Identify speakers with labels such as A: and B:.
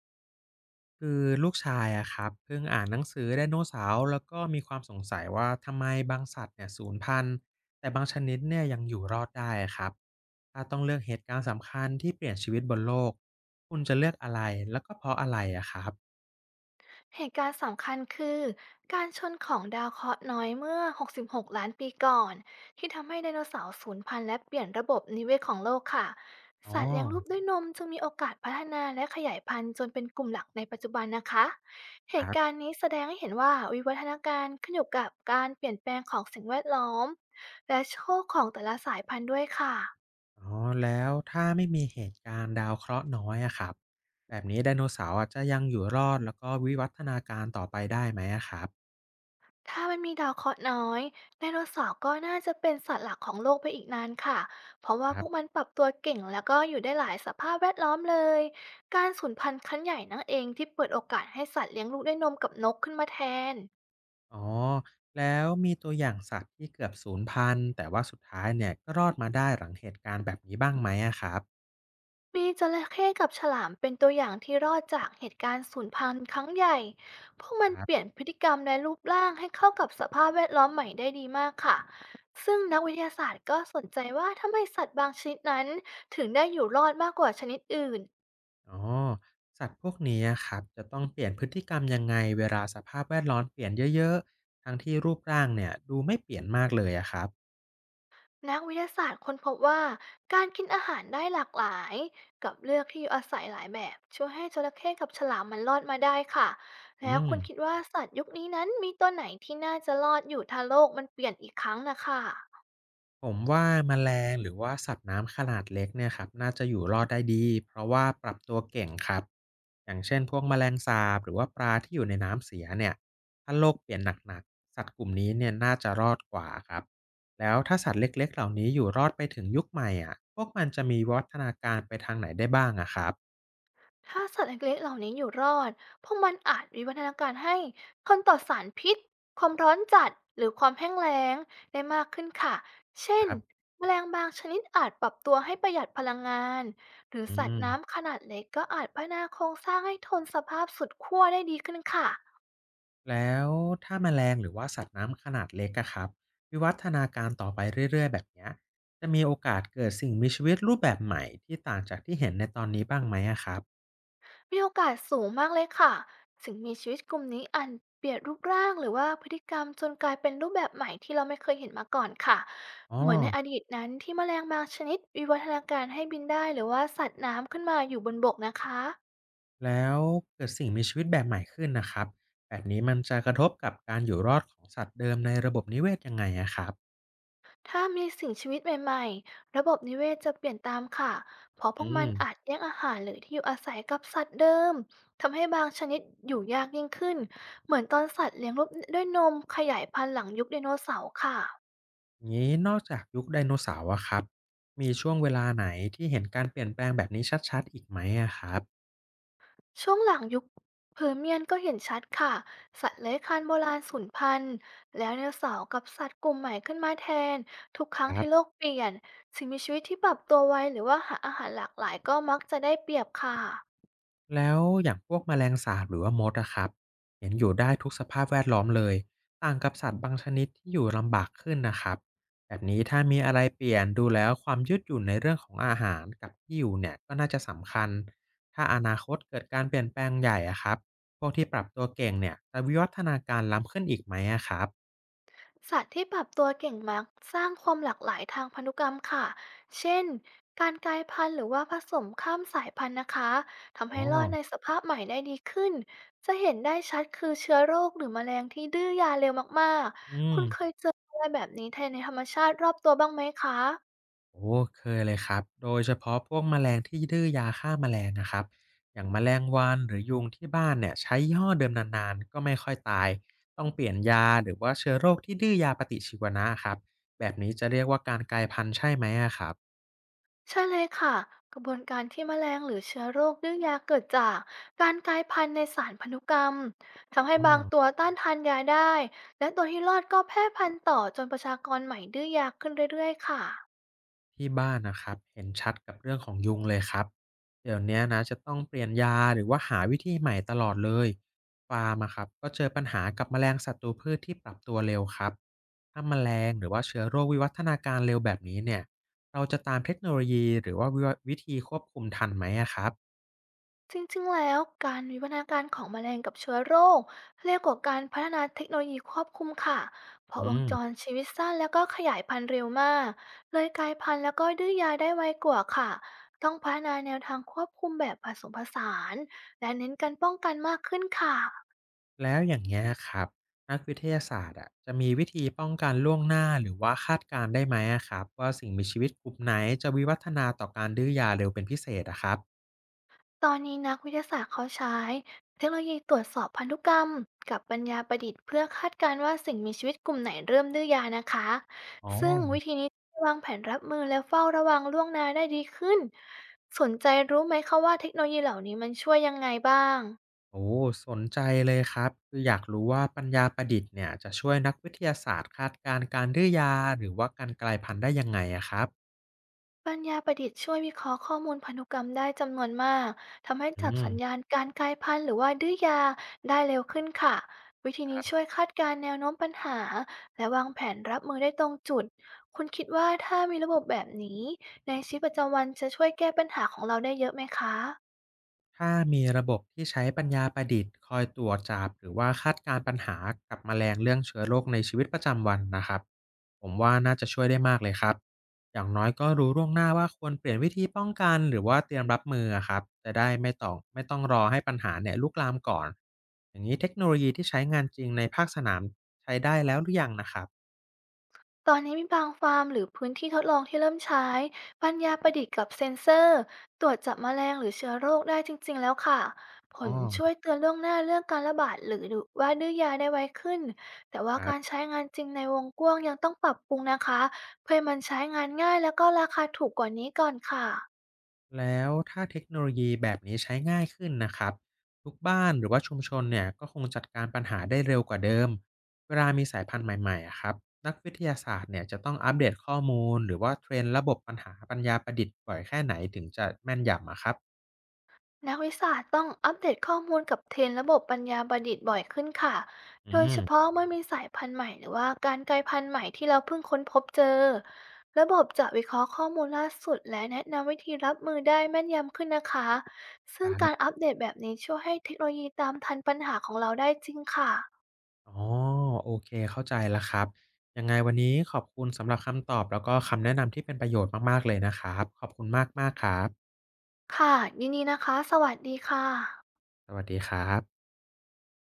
A: คือลูกชายอะครับเพิ่งอ่านหนังสือไดโนเสาร์แล้วก็มีความสงสัยว่าทำไมบางสัตว์เนี่ยสูญพันธุ์แต่บางชนิดเนี่ยยังอยู่รอดได้อะครับถ้าต้องเลือกเหตุการณ์สำคัญที่เปลี่ยนชีวิตบนโลกคุณจะเลือกอะไรแล้วก็เพราะอะไรอะครับ
B: เหตุการณ์สำคัญคือการชนของดาวเคราะห์น้อยเมื่อ66ล้านปีก่อนที่ทำให้ไดโนเสาร์สูญพันธุ์และเปลี่ยนระบบนิเวศของโลกค่ะ
A: อ๋อ
B: สัตว์เลี้ยงลูกด้วยนมจึงมีโอกาสพัฒนาและขยายพันธุ์จนเป็นกลุ่มหลักในปัจจุบันนะคะเห
A: ค
B: ตุ
A: รั
B: การ
A: บ
B: ณ์นี้แสดงให้เห็นว่าวิวัฒนาการขึ้นอยู่กับการเปลี่ยนแปลงของสิ่งแวดล้อมและโชคของแต่ละสายพันธุ์ด้วยค่ะ
A: อ๋อแล้วถ้าไม่มีเหตุการณ์ดาวเคราะห์น้อยอะครับแบบนี้ไดโนเสาร์อะจะยังอยู่รอดแล้วก็วิวัฒนาการต่อไปได้ไหมอะครับ
B: ถ้ามันมีดาวเคราะห์น้อยไดโนเสาร์ก็น่าจะเป็นสัตว์หลักของโลกไปอีกนานค่ะ เพราะว่า
A: ค
B: พ
A: รั
B: วกมั
A: บ
B: นปรับตัวเก่งแล้วก็อยู่ได้หลายสภาพแวดล้อมเลย การสูญพันธุ์ครั้งใหญ่นั่นเองที่เปิดโอกาสให้สัตว์เลี้ยงลูกด้วยนมกับนกขึ้นมาแทน
A: อ๋อแล้วมีตัวอย่างสัตว์ที่เกือบสูญพันธุ์แต่ว่าสุดท้ายเนี่ยก็รอดมาได้หลังเหตุการณ์แบบนี้บ้างไหมอะครับ
B: มีจระเข้กับฉลามเป็นตัวอย่างที่รอดจากเหตุการณ์สูญพันธุ์ครั้งใหญ่พวกมัน
A: ครั
B: เปลี่ย
A: บ
B: นพฤติกรรมและรูปร่างให้เข้ากับสภาพแวดล้อมใหม่ได้ดีมากค่ะซึ่งนักวิทยาศาสตร์ก็สนใจว่าทำไมสัตว์บางชนิดนั้นถึงได้อยู่รอดมากกว่าชนิดอื่น
A: อ๋อสัตว์พวกนี้อะครับจะต้องเปลี่ยนพฤติกรรมยังไงเวลาสภาพแวดล้อมเปลี่ยนเยอะๆทั้งที่รูปร่างเนี่ยดูไม่เปลี่ยนมากเลยอะครับ
B: นักวิทยาศาสตร์ค้นพบว่าการกินอาหารได้หลากหลายกับเลือกที่อยู่อาศัยหลายแบบช่วยให้จระเข้กับฉลามมันรอดมาได้ค่ะ
A: อื
B: แล้ว
A: ม
B: คุณคิดว่าสัตว์ยุคนี้นั้นมีตัวไหนที่น่าจะรอดอยู่ถ้าโลกมันเปลี่ยนอีกครั้งนะคะ
A: ผมว่าแมลงหรือว่าสัตว์น้ำขนาดเล็กเนี่ยครับน่าจะอยู่รอดได้ดีเพราะว่าปรับตัวเก่งครับอย่างเช่นพวกแมลงสาบหรือว่าปลาที่อยู่ในน้ำเสียเนี่ยถ้าโลกเปลี่ยนหนักๆสัตว์กลุ่มนี้เนี่ยน่าจะรอดกว่าครับแล้วถ้าสัตว์เล็กๆเหล่านี้อยู่รอดไปถึงยุคใหม่อ่ะพวกมันจะมีวัฒนาการไปทางไหนได้บ้างอะครับ
B: ถ้าสัตว์เล็กๆเหล่านี้อยู่รอด พวกมันอาจวิวัฒนาการให้ทนต่อสารพิษ ความร้อนจัด หรือความแห้งแล้งได้มากขึ้นค่ะ เช่
A: ค
B: น
A: รับ
B: แมลงบางชนิดอาจปรับตัวให้ประหยัดพลังงาน หรือ
A: อื
B: สัตว์
A: ม
B: น้ำขนาดเล็กก็อาจพัฒนาโครงสร้างให้ทนสภาพสุดขั้วได้ดีขึ้นค่ะ
A: แล้วถ้าแมลงหรือว่าสัตว์น้ำขนาดเล็กอะครับวิวัฒนาการต่อไปเรื่อยๆแบบเนี้ยจะมีโอกาสเกิดสิ่งมีชีวิตรูปแบบใหม่ที่ต่างจากที่เห็นในตอนนี้บ้างไหมอะครับ
B: มีโอกาสสูงมากเลยค่ะสิ่งมีชีวิตกลุ่มนี้อาจเปลี่ยนรูปร่างหรือว่าพฤติกรรมจนกลายเป็นรูปแบบใหม่ที่เราไม่เคยเห็นมาก่อนค่ะ
A: อ๋อ
B: เหมือนในอดีตนั้นที่แมลงบางชนิดวิวัฒนาการให้บินได้หรือว่าสัตว์น้ำขึ้นมาอยู่บนบกนะคะ
A: แล้วเกิดสิ่งมีชีวิตแบบใหม่ขึ้นนะครับแบบนี้มันจะกระทบกับการอยู่รอดของสัตว์เดิมในระบบนิเวศยังไงอะครับ
B: ถ้ามีสิ่งชีวิตใหม่ๆระบบนิเวศจะเปลี่ยนตามค่ะเพราะพว
A: อื
B: กมัน
A: ม
B: อาจแย่งอาหารหรือที่อยู่อาศัยกับสัตว์เดิมทำให้บางชนิดอยู่ยากยิ่งขึ้นเหมือนตอนสัตว์เลี้ยงลูกด้วยนมขยายพันธุ์หลังยุคไดโนเสาร์ค่ะ
A: งี้นอกจากยุคไดโนเสาร์อะครับมีช่วงเวลาไหนที่เห็นการเปลี่ยนแปลงแบบนี้ชัดๆอีกไหมอะครับ
B: ช่วงหลังยุคเพอร์เมียนก็เห็นชัดค่ะ สัตว์เลื้อยคลานโบราณสูญพันธุ์แล้วไดโนเสาร์กับสัตว์กลุ่มใหม่ขึ้นมาแทน ทุกครั้ง
A: ครั
B: ที่โล
A: บ
B: กเปลี่ยนสิ่งมีชีวิตที่ปรับตัวไวหรือว่าหาอาหารหลากหลายก็มักจะได้เปรียบค่ะ
A: แล้วอย่างพวกแมลงสาบหรือว่ามดอะครับเห็นอยู่ได้ทุกสภาพแวดล้อมเลยต่างกับสัตว์บางชนิดที่อยู่ลำบากขึ้นนะครับแบบนี้ถ้ามีอะไรเปลี่ยนดูแล้วความยืดหยุ่นในเรื่องของอาหารกับที่อยู่เนี่ยก็น่าจะสำคัญถ้าอนาคตเกิดการเปลี่ยนแปลงใหญ่อะครับพวกที่ปรับตัวเก่งเนี่ยจะวิวัฒนาการล้ำขึ้นอีกไหมอะครับ
B: สัตว์ที่ปรับตัวเก่งมักสร้างความหลากหลายทางพันธุกรรมค่ะ เช่น การกลายพันธุ์หรือว่าผสมข้ามสายพันธุ์นะคะ ทำ
A: อ๋
B: ให้
A: อ
B: รอดในสภาพใหม่ได้ดีขึ้น จะเห็นได้ชัดคือเชื้อโรคหรือแมลงที่ดื้อยาเร็วมาก
A: อื
B: ๆ คุ
A: ม
B: ณเคยเจออะไรแบบนี้ในธรรมชาติรอบตัวบ้างไหมคะ
A: โอ้เคยเลยครับโดยเฉพาะพวกแมลงที่ดื้อยาฆ่าแมลงนะครับอย่างแมลงวันหรือยุงที่บ้านเนี่ยใช้ยี่ห้อเดิมนานๆก็ไม่ค่อยตายต้องเปลี่ยนยาหรือว่าเชื้อโรคที่ดื้อยาปฏิชีวนะครับแบบนี้จะเรียกว่าการกลายพันธุ์ใช่ไหมอะครับ
B: ใช่เลยค่ะกระบวนการที่แมลงหรือเชื้อโรคดื้อยาเกิดจากการกลายพันธุ์ในสารพันธุกรรมทำให้บาง
A: อ
B: ตัว
A: อ
B: ต้านทานยาได้และตัวที่รอดก็แพร่พันธุ์ต่อจนประชากรใหม่ดื้อยาขึ้นเรื่อยๆค่ะ
A: ที่บ้านนะครับเห็นชัดกับเรื่องของยุงเลยครับเดี๋ยวเนี้ยนะจะต้องเปลี่ยนยาหรือว่าหาวิธีใหม่ตลอดเลยฟาร์มอะครับก็เจอปัญหากับแมลงศัตรูพืชที่ปรับตัวเร็วครับถ้าแมลงหรือว่าเชื้อโรควิวัฒนาการเร็วแบบนี้เนี่ยเราจะตามเทคโนโลยีหรือว่าวิธีควบคุมทันไหมอะครับ
B: จริงๆแล้วการวิวัฒนาการของแมลงกับเชื้อโรคเรียกว่าการพัฒนาเทคโนโลยีควบคุมค่ะเพ
A: อื
B: ราะวงจร
A: ม
B: ชีวิตสั้นแล้วก็ขยายพันธุ์เร็วมากเลยกลายพันธุ์แล้วก็ดื้อยาได้ไวกว่าค่ะต้องพัฒนาแนวทางควบคุมแบบผสมผสานและเน้นการป้องกันมากขึ้นค่ะ
A: แล้วอย่างเงี้ยครับนักวิทยาศาสตร์อะจะมีวิธีป้องกันล่วงหน้าหรือว่าคาดการณ์ได้ไหมอะครับว่าสิ่งมีชีวิตกลุ่มไหนจะวิวัฒนาต่อการดื้อยาเร็วเป็นพิเศษอะครับ
B: ตอนนี้นักวิทยาศาสตร์เขาใช้เทคโนโลยีตรวจสอบพันธุกรรมกับปัญญาประดิษฐ์เพื่อคาดการณ์ว่าสิ่งมีชีวิตกลุ่มไหนเริ่มดื้อยานะคะ
A: อ๋อ
B: ซึ่งวิธีนี้ช่วยวางแผนรับมือและเฝ้าระวังล่วงหน้าได้ดีขึ้น สนใจรู้ไหมคะว่าเทคโนโลยีเหล่านี้มันช่วยยังไงบ้าง
A: โอ้สนใจเลยครับ คืออยากรู้ว่าปัญญาประดิษฐ์เนี่ยจะช่วยนักวิทยาศาสตร์คาดการณ์การดื้อยาหรือว่าการกลายพันธุ์ได้ยังไงอะครับ
B: ปัญญาประดิษฐ์ช่วยวิเคราะห์ข้อมูลพันธุกรรมได้จำนวนมากทำให้
A: อื
B: จับสั
A: ม
B: ญญาณการกลายพันธุ์หรือว่าดื้อยาได้เร็วขึ้นค่ะวิธี
A: ค
B: นี้
A: รับ
B: ช่วยคาดการณ์แนวโน้มปัญหาและวางแผนรับมือได้ตรงจุดคุณคิดว่าถ้ามีระบบแบบนี้ในชีวิตประจำวันจะช่วยแก้ปัญหาของเราได้เยอะไหมคะ
A: ถ้ามีระบบที่ใช้ปัญญาประดิษฐ์คอยตรวจจับหรือว่าคาดการณ์ปัญหากับแมลงเรื่องเชื้อโรคในชีวิตประจำวันนะครับผมว่าน่าจะช่วยได้มากเลยครับอย่างน้อยก็รู้ล่วงหน้าว่าควรเปลี่ยนวิธีป้องกันหรือว่าเตรียมรับมืออะครับจะได้ไม่ต้องรอให้ปัญหาเนี่ยลุกลามก่อนอย่างนี้เทคโนโลยีที่ใช้งานจริงในภาคสนามใช้ได้แล้วหรือยังนะครับ
B: ตอนนี้มีบางฟาร์มหรือพื้นที่ทดลองที่เริ่มใช้ปัญญาประดิษฐ์กับเซ็นเซอร์ตรวจจับแมลงหรือเชื้อโรคได้จริงๆแล้วค่ะผ
A: อ๋
B: ลช่วย
A: อ
B: เตือนล่วงหน้าเรื่องการระบาดหรือว่าดื้อยาได้ไวขึ้นแต่ว่า
A: ครั
B: การ
A: บ
B: ใช้งานจริงในวงกว้างยังต้องปรับปรุงนะคะเพื่อให้มันใช้งานง่ายแล้วก็ราคาถูกกว่านี้ก่อนค่ะ
A: แล้วถ้าเทคโนโลยีแบบนี้ใช้ง่ายขึ้นนะครับทุกบ้านหรือว่าชุมชนเนี่ยก็คงจัดการปัญหาได้เร็วกว่าเดิมเวลามีสายพันธุ์ใหม่ๆอะครับนักวิทยาศาสตร์เนี่ยจะต้องอัปเดตข้อมูลหรือว่าเทรนระบบปัญหาปัญญาประดิษฐ์บ่อยแค่ไหนถึงจะแม่นยำอะครับ
B: นักวิชาการต้องอัปเดตข้อมูลกับเทรนด์ระบบปัญญาประดิษฐ์บ่อยขึ้นค่ะ
A: อื
B: โดยเฉ
A: ม
B: พาะเมื่อมีสายพันธุ์ใหม่หรือว่าการกลายพันธุ์ใหม่ที่เราเพิ่งค้นพบเจอ ระบบจะวิเคราะห์ข้อมูลล่าสุดและแนะนำวิธีรับมือได้แม่นยำขึ้นนะคะซึ่
A: ค
B: งกา
A: รั
B: รอั
A: บ
B: ปเดตแบบนี้ช่วยให้เทคโนโลยีตามทันปัญหาของเราได้จริงค่ะ
A: อ๋อโอเคเข้าใจแล้วครับยังไงวันนี้ขอบคุณสำหรับคำตอบแล้วก็คำแนะนำที่เป็นประโยชน์มากๆเลยนะครับขอบคุณมากๆครับ
B: ค่ะยินดีนะคะสวัสดีค่ะ
A: สวัสดีครับ